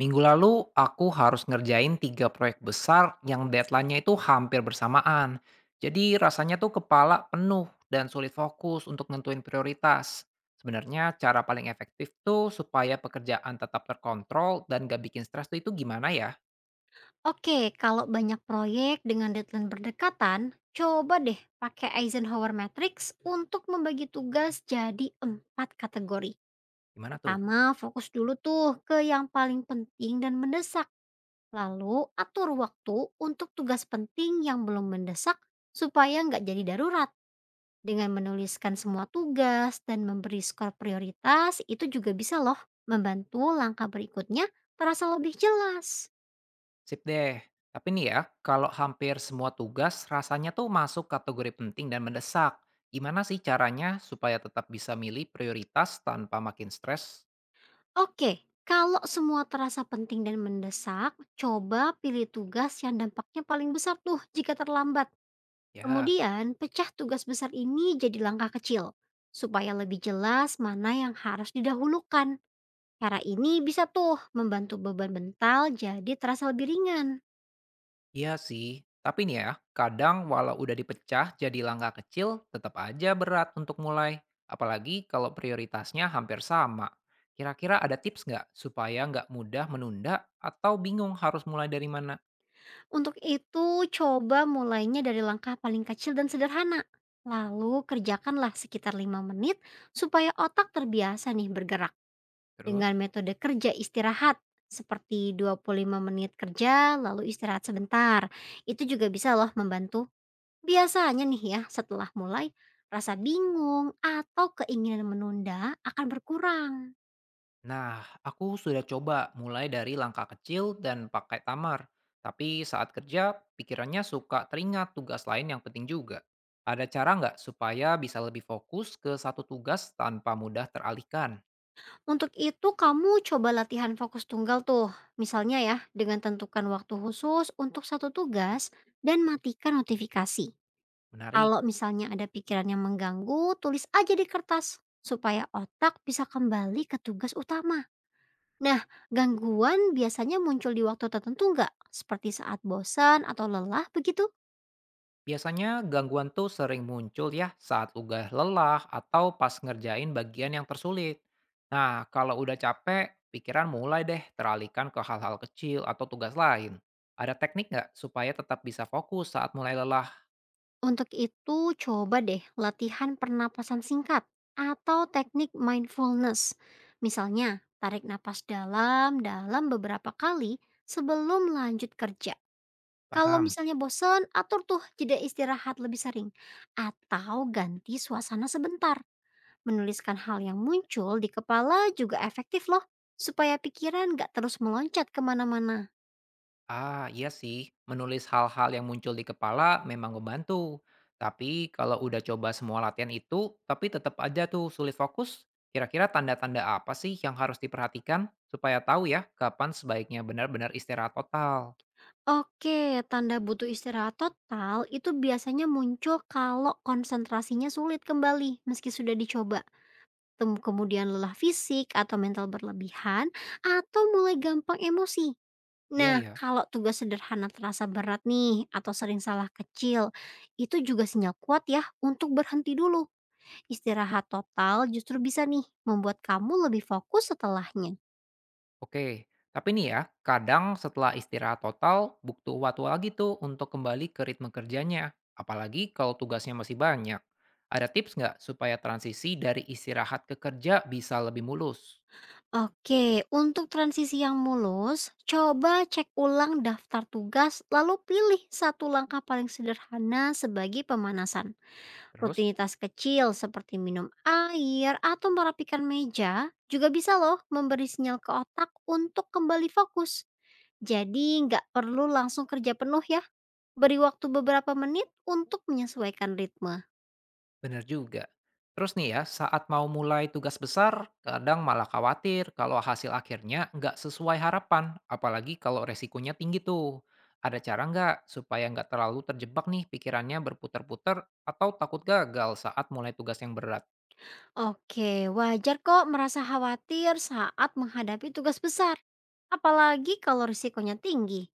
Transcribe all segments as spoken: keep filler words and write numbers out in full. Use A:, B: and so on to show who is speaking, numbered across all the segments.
A: Minggu lalu, aku harus ngerjain tiga proyek besar yang deadline-nya itu hampir bersamaan. Jadi rasanya tuh kepala penuh dan sulit fokus untuk nentuin prioritas. Sebenarnya cara paling efektif tuh supaya pekerjaan tetap terkontrol dan gak bikin stres tuh itu gimana ya?
B: Oke, kalau banyak proyek dengan deadline berdekatan, coba deh pakai Eisenhower Matrix untuk membagi tugas jadi empat kategori.
A: Gimana tuh?
B: Pertama, fokus dulu tuh ke yang paling penting dan mendesak. Lalu, atur waktu untuk tugas penting yang belum mendesak supaya nggak jadi darurat. Dengan menuliskan semua tugas dan memberi skor prioritas, itu juga bisa loh membantu langkah berikutnya terasa lebih jelas.
A: Sip deh. Tapi nih ya, kalau hampir semua tugas rasanya tuh masuk kategori penting dan mendesak. Gimana sih caranya supaya tetap bisa milih prioritas tanpa makin stres?
B: Oke, kalau semua terasa penting dan mendesak, coba pilih tugas yang dampaknya paling besar tuh jika terlambat.
A: Ya.
B: Kemudian, pecah tugas besar ini jadi langkah kecil, supaya lebih jelas mana yang harus didahulukan. Cara ini bisa tuh membantu beban mental jadi terasa lebih ringan.
A: Iya sih, tapi nih ya, kadang walau udah dipecah jadi langkah kecil, tetap aja berat untuk mulai. Apalagi kalau prioritasnya hampir sama. Kira-kira ada tips nggak supaya nggak mudah menunda atau bingung harus mulai dari mana?
B: Untuk itu, coba mulainya dari langkah paling kecil dan sederhana. Lalu kerjakanlah sekitar lima menit supaya otak terbiasa nih bergerak. Dengan
A: Terus?
B: metode kerja istirahat seperti dua puluh lima menit kerja lalu istirahat sebentar. Itu juga bisa loh membantu. Biasanya nih ya, setelah mulai rasa bingung atau keinginan menunda akan berkurang.
A: Nah, aku sudah coba mulai dari langkah kecil dan pakai tamar. Tapi saat kerja, pikirannya suka teringat tugas lain yang penting juga. Ada cara nggak supaya bisa lebih fokus ke satu tugas tanpa mudah teralihkan?
B: Untuk itu kamu coba latihan fokus tunggal tuh. Misalnya ya, dengan tentukan waktu khusus untuk satu tugas dan matikan notifikasi.
A: Menarik.
B: Kalau misalnya ada pikiran yang mengganggu, tulis aja di kertas supaya otak bisa kembali ke tugas utama. Nah, gangguan biasanya muncul di waktu tertentu nggak? Seperti saat bosan atau lelah begitu?
A: Biasanya gangguan tuh sering muncul ya saat udah lelah atau pas ngerjain bagian yang tersulit. Nah, kalau udah capek, pikiran mulai deh teralihkan ke hal-hal kecil atau tugas lain. Ada teknik nggak supaya tetap bisa fokus saat mulai lelah?
B: Untuk itu, coba deh latihan pernapasan singkat atau teknik mindfulness. Misalnya, tarik napas dalam-dalam beberapa kali sebelum lanjut kerja. Kalau
A: Paham?
B: misalnya bosan, atur tuh jeda istirahat lebih sering atau ganti suasana sebentar. Menuliskan hal yang muncul di kepala juga efektif loh, supaya pikiran nggak terus meloncat kemana-mana.
A: Ah, iya sih. Menulis hal-hal yang muncul di kepala memang membantu. Tapi kalau udah coba semua latihan itu, tapi tetap aja tuh sulit fokus, kira-kira tanda-tanda apa sih yang harus diperhatikan supaya tahu ya kapan sebaiknya benar-benar istirahat total?
B: Oke, tanda butuh istirahat total itu biasanya muncul kalau konsentrasinya sulit kembali meski sudah dicoba. Tem- Kemudian lelah fisik atau mental berlebihan atau mulai gampang emosi.
A: Iya
B: Nah,
A: ya.
B: kalau tugas sederhana terasa berat nih atau sering salah kecil, itu juga sinyal kuat ya untuk berhenti dulu. Istirahat total justru bisa nih membuat kamu lebih fokus setelahnya.
A: Oke. Tapi nih ya, kadang setelah istirahat total, butuh waktu lagi tuh untuk kembali ke ritme kerjanya. Apalagi kalau tugasnya masih banyak. Ada tips nggak supaya transisi dari istirahat ke kerja bisa lebih mulus?
B: Oke, untuk transisi yang mulus, coba cek ulang daftar tugas lalu pilih satu langkah paling sederhana sebagai pemanasan.
A: Terus?
B: Rutinitas kecil seperti minum air atau merapikan meja juga bisa loh memberi sinyal ke otak untuk kembali fokus. Jadi nggak perlu langsung kerja penuh ya, beri waktu beberapa menit untuk menyesuaikan ritme.
A: Bener juga. Terus nih ya, saat mau mulai tugas besar, kadang malah khawatir kalau hasil akhirnya nggak sesuai harapan, apalagi kalau resikonya tinggi tuh. Ada cara nggak supaya nggak terlalu terjebak nih pikirannya berputar-putar atau takut gagal saat mulai tugas yang berat?
B: Oke, wajar kok merasa khawatir saat menghadapi tugas besar. Apalagi kalau risikonya tinggi.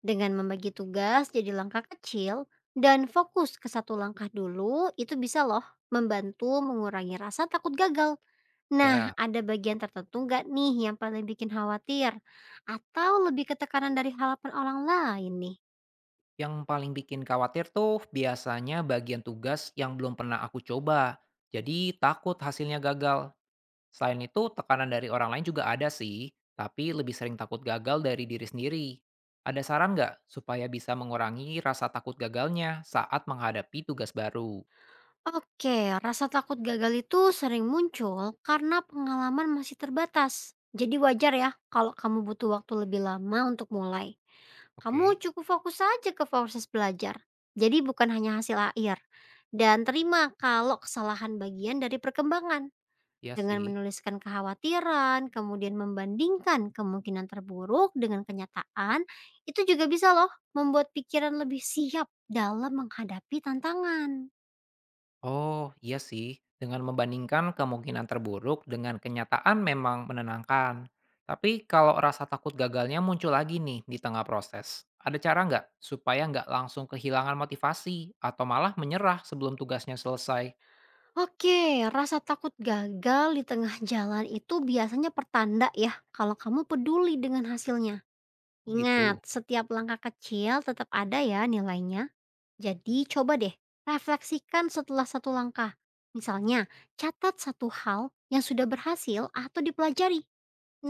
B: Dengan membagi tugas jadi langkah kecil dan fokus ke satu langkah dulu, itu bisa loh membantu mengurangi rasa takut gagal. Nah,
A: Ya,
B: ada bagian tertentu nggak nih yang paling bikin khawatir? Atau lebih ke tekanan dari harapan orang lain nih?
A: yang paling bikin khawatir tuh biasanya bagian tugas yang belum pernah aku coba. Jadi takut hasilnya gagal. Selain itu, tekanan dari orang lain juga ada sih, tapi lebih sering takut gagal dari diri sendiri. Ada saran nggak supaya bisa mengurangi rasa takut gagalnya saat menghadapi tugas baru?
B: Oke, rasa takut gagal itu sering muncul karena pengalaman masih terbatas. Jadi wajar ya kalau kamu butuh waktu lebih lama untuk mulai. Kamu
A: Oke,
B: cukup fokus saja ke proses belajar. Jadi bukan hanya hasil akhir. Dan terima kalau kesalahan bagian dari perkembangan.
A: iya
B: Dengan
A: sih.
B: menuliskan kekhawatiran, kemudian membandingkan kemungkinan terburuk dengan kenyataan, itu juga bisa loh membuat pikiran lebih siap dalam menghadapi tantangan.
A: Oh, iya sih. Dengan membandingkan kemungkinan terburuk dengan kenyataan memang menenangkan. Tapi kalau rasa takut gagalnya muncul lagi nih di tengah proses, ada cara nggak supaya nggak langsung kehilangan motivasi atau malah menyerah sebelum tugasnya selesai?
B: Oke, rasa takut gagal di tengah jalan itu biasanya pertanda ya kalau kamu peduli dengan hasilnya.
A: Oh
B: Ingat,
A: gitu,
B: setiap langkah kecil tetap ada ya nilainya. Jadi coba deh, refleksikan setelah satu langkah. Misalnya, catat satu hal yang sudah berhasil atau dipelajari.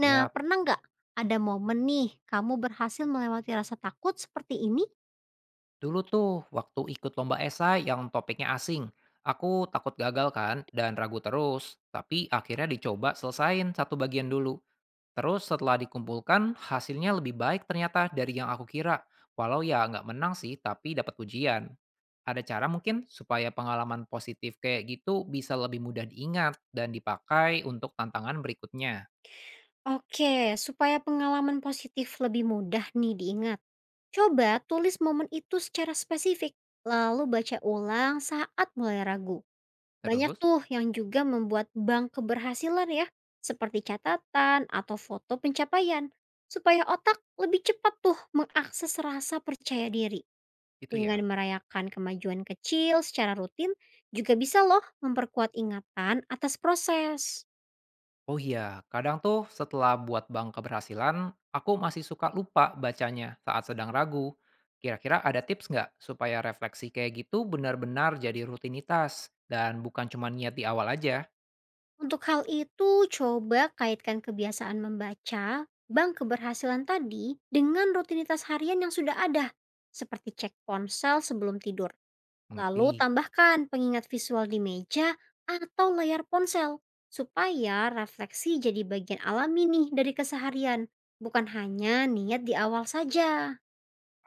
B: Nah, pernah nggak ada momen nih kamu berhasil melewati rasa takut seperti ini?
A: Dulu tuh, waktu ikut lomba esai yang topiknya asing, aku takut gagal kan dan ragu terus. Tapi akhirnya dicoba selesain satu bagian dulu. Terus setelah dikumpulkan, hasilnya lebih baik ternyata dari yang aku kira. Walau ya nggak menang sih, tapi dapat pujian. Ada cara mungkin supaya pengalaman positif kayak gitu bisa lebih mudah diingat dan dipakai untuk tantangan berikutnya.
B: Oke, supaya pengalaman positif lebih mudah nih diingat. Coba tulis momen itu secara spesifik, lalu baca ulang saat mulai ragu. Banyak
A: Terus,
B: tuh yang juga membuat bank keberhasilan ya, seperti catatan atau foto pencapaian, supaya otak lebih cepat tuh mengakses rasa percaya diri.
A: gitu ya.
B: Dengan merayakan kemajuan kecil secara rutin, juga bisa loh memperkuat ingatan atas proses.
A: Oh iya, kadang tuh setelah buat bank keberhasilan, aku masih suka lupa bacanya saat sedang ragu. Kira-kira ada tips nggak supaya refleksi kayak gitu benar-benar jadi rutinitas dan bukan cuma niat di awal aja?
B: Untuk hal itu, coba kaitkan kebiasaan membaca bank keberhasilan tadi dengan rutinitas harian yang sudah ada, seperti cek ponsel sebelum tidur. Lalu
A: Mengerti?
B: tambahkan pengingat visual di meja atau layar ponsel, supaya refleksi jadi bagian alami nih dari keseharian, bukan hanya niat di awal saja.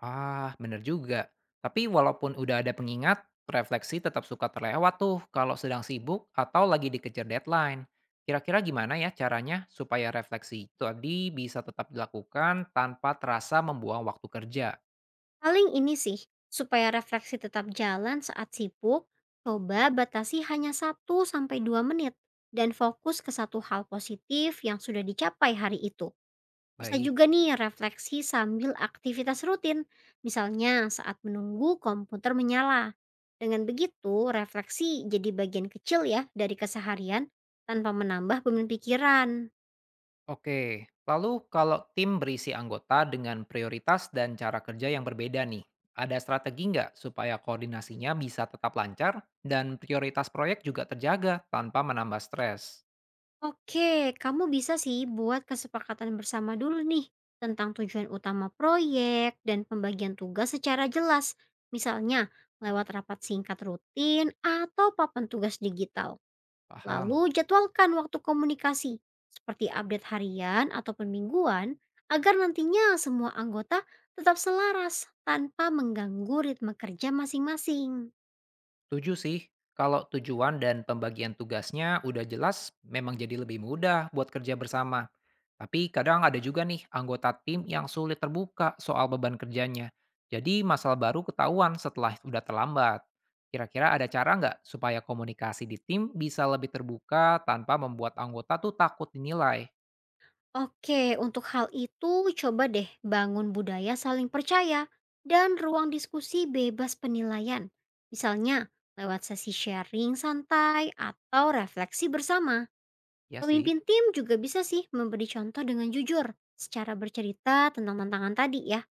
A: Ah, bener juga. Tapi walaupun udah ada pengingat, refleksi tetap suka terlewat tuh kalau sedang sibuk atau lagi dikejar deadline. Kira-kira gimana ya caranya supaya refleksi itu tadi bisa tetap dilakukan tanpa terasa membuang waktu kerja?
B: Paling ini sih, supaya refleksi tetap jalan saat sibuk, coba batasi hanya satu sampai dua menit dan fokus ke satu hal positif yang sudah dicapai hari itu. Bisa
A: Baik.
B: juga nih refleksi sambil aktivitas rutin, misalnya saat menunggu komputer menyala. Dengan begitu, refleksi jadi bagian kecil ya dari keseharian tanpa menambah beban pikiran.
A: Oke, lalu kalau tim berisi anggota dengan prioritas dan cara kerja yang berbeda nih, ada strategi nggak supaya koordinasinya bisa tetap lancar dan prioritas proyek juga terjaga tanpa menambah stres?
B: Oke, kamu bisa sih buat kesepakatan bersama dulu nih tentang tujuan utama proyek dan pembagian tugas secara jelas. Misalnya lewat rapat singkat rutin atau papan tugas digital.
A: Paham.
B: Lalu jadwalkan waktu komunikasi seperti update harian ataupun mingguan agar nantinya semua anggota tetap selaras tanpa mengganggu ritme kerja masing-masing.
A: Tujuh sih, kalau tujuan dan pembagian tugasnya udah jelas, memang jadi lebih mudah buat kerja bersama. Tapi kadang ada juga nih anggota tim yang sulit terbuka soal beban kerjanya. Jadi masalah baru ketahuan setelah udah terlambat. Kira-kira ada cara nggak supaya komunikasi di tim bisa lebih terbuka tanpa membuat anggota tuh takut dinilai?
B: Oke, untuk hal itu coba deh bangun budaya saling percaya dan ruang diskusi bebas penilaian. Misalnya lewat sesi sharing santai atau refleksi bersama.
A: Ya sih.
B: Pemimpin tim juga bisa sih memberi contoh dengan jujur secara bercerita tentang tantangan tadi ya,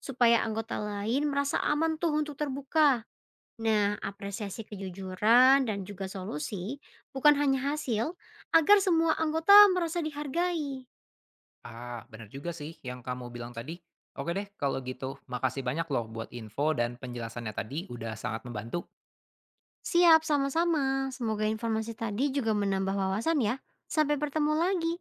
B: supaya anggota lain merasa aman tuh untuk terbuka. Nah, apresiasi kejujuran dan juga solusi bukan hanya hasil, agar semua anggota merasa dihargai.
A: Ah, bener juga sih yang kamu bilang tadi. Oke deh, kalau gitu makasih banyak loh buat info dan penjelasannya tadi udah sangat membantu.
B: Siap, sama-sama. Semoga informasi tadi juga menambah wawasan ya. Sampai bertemu lagi.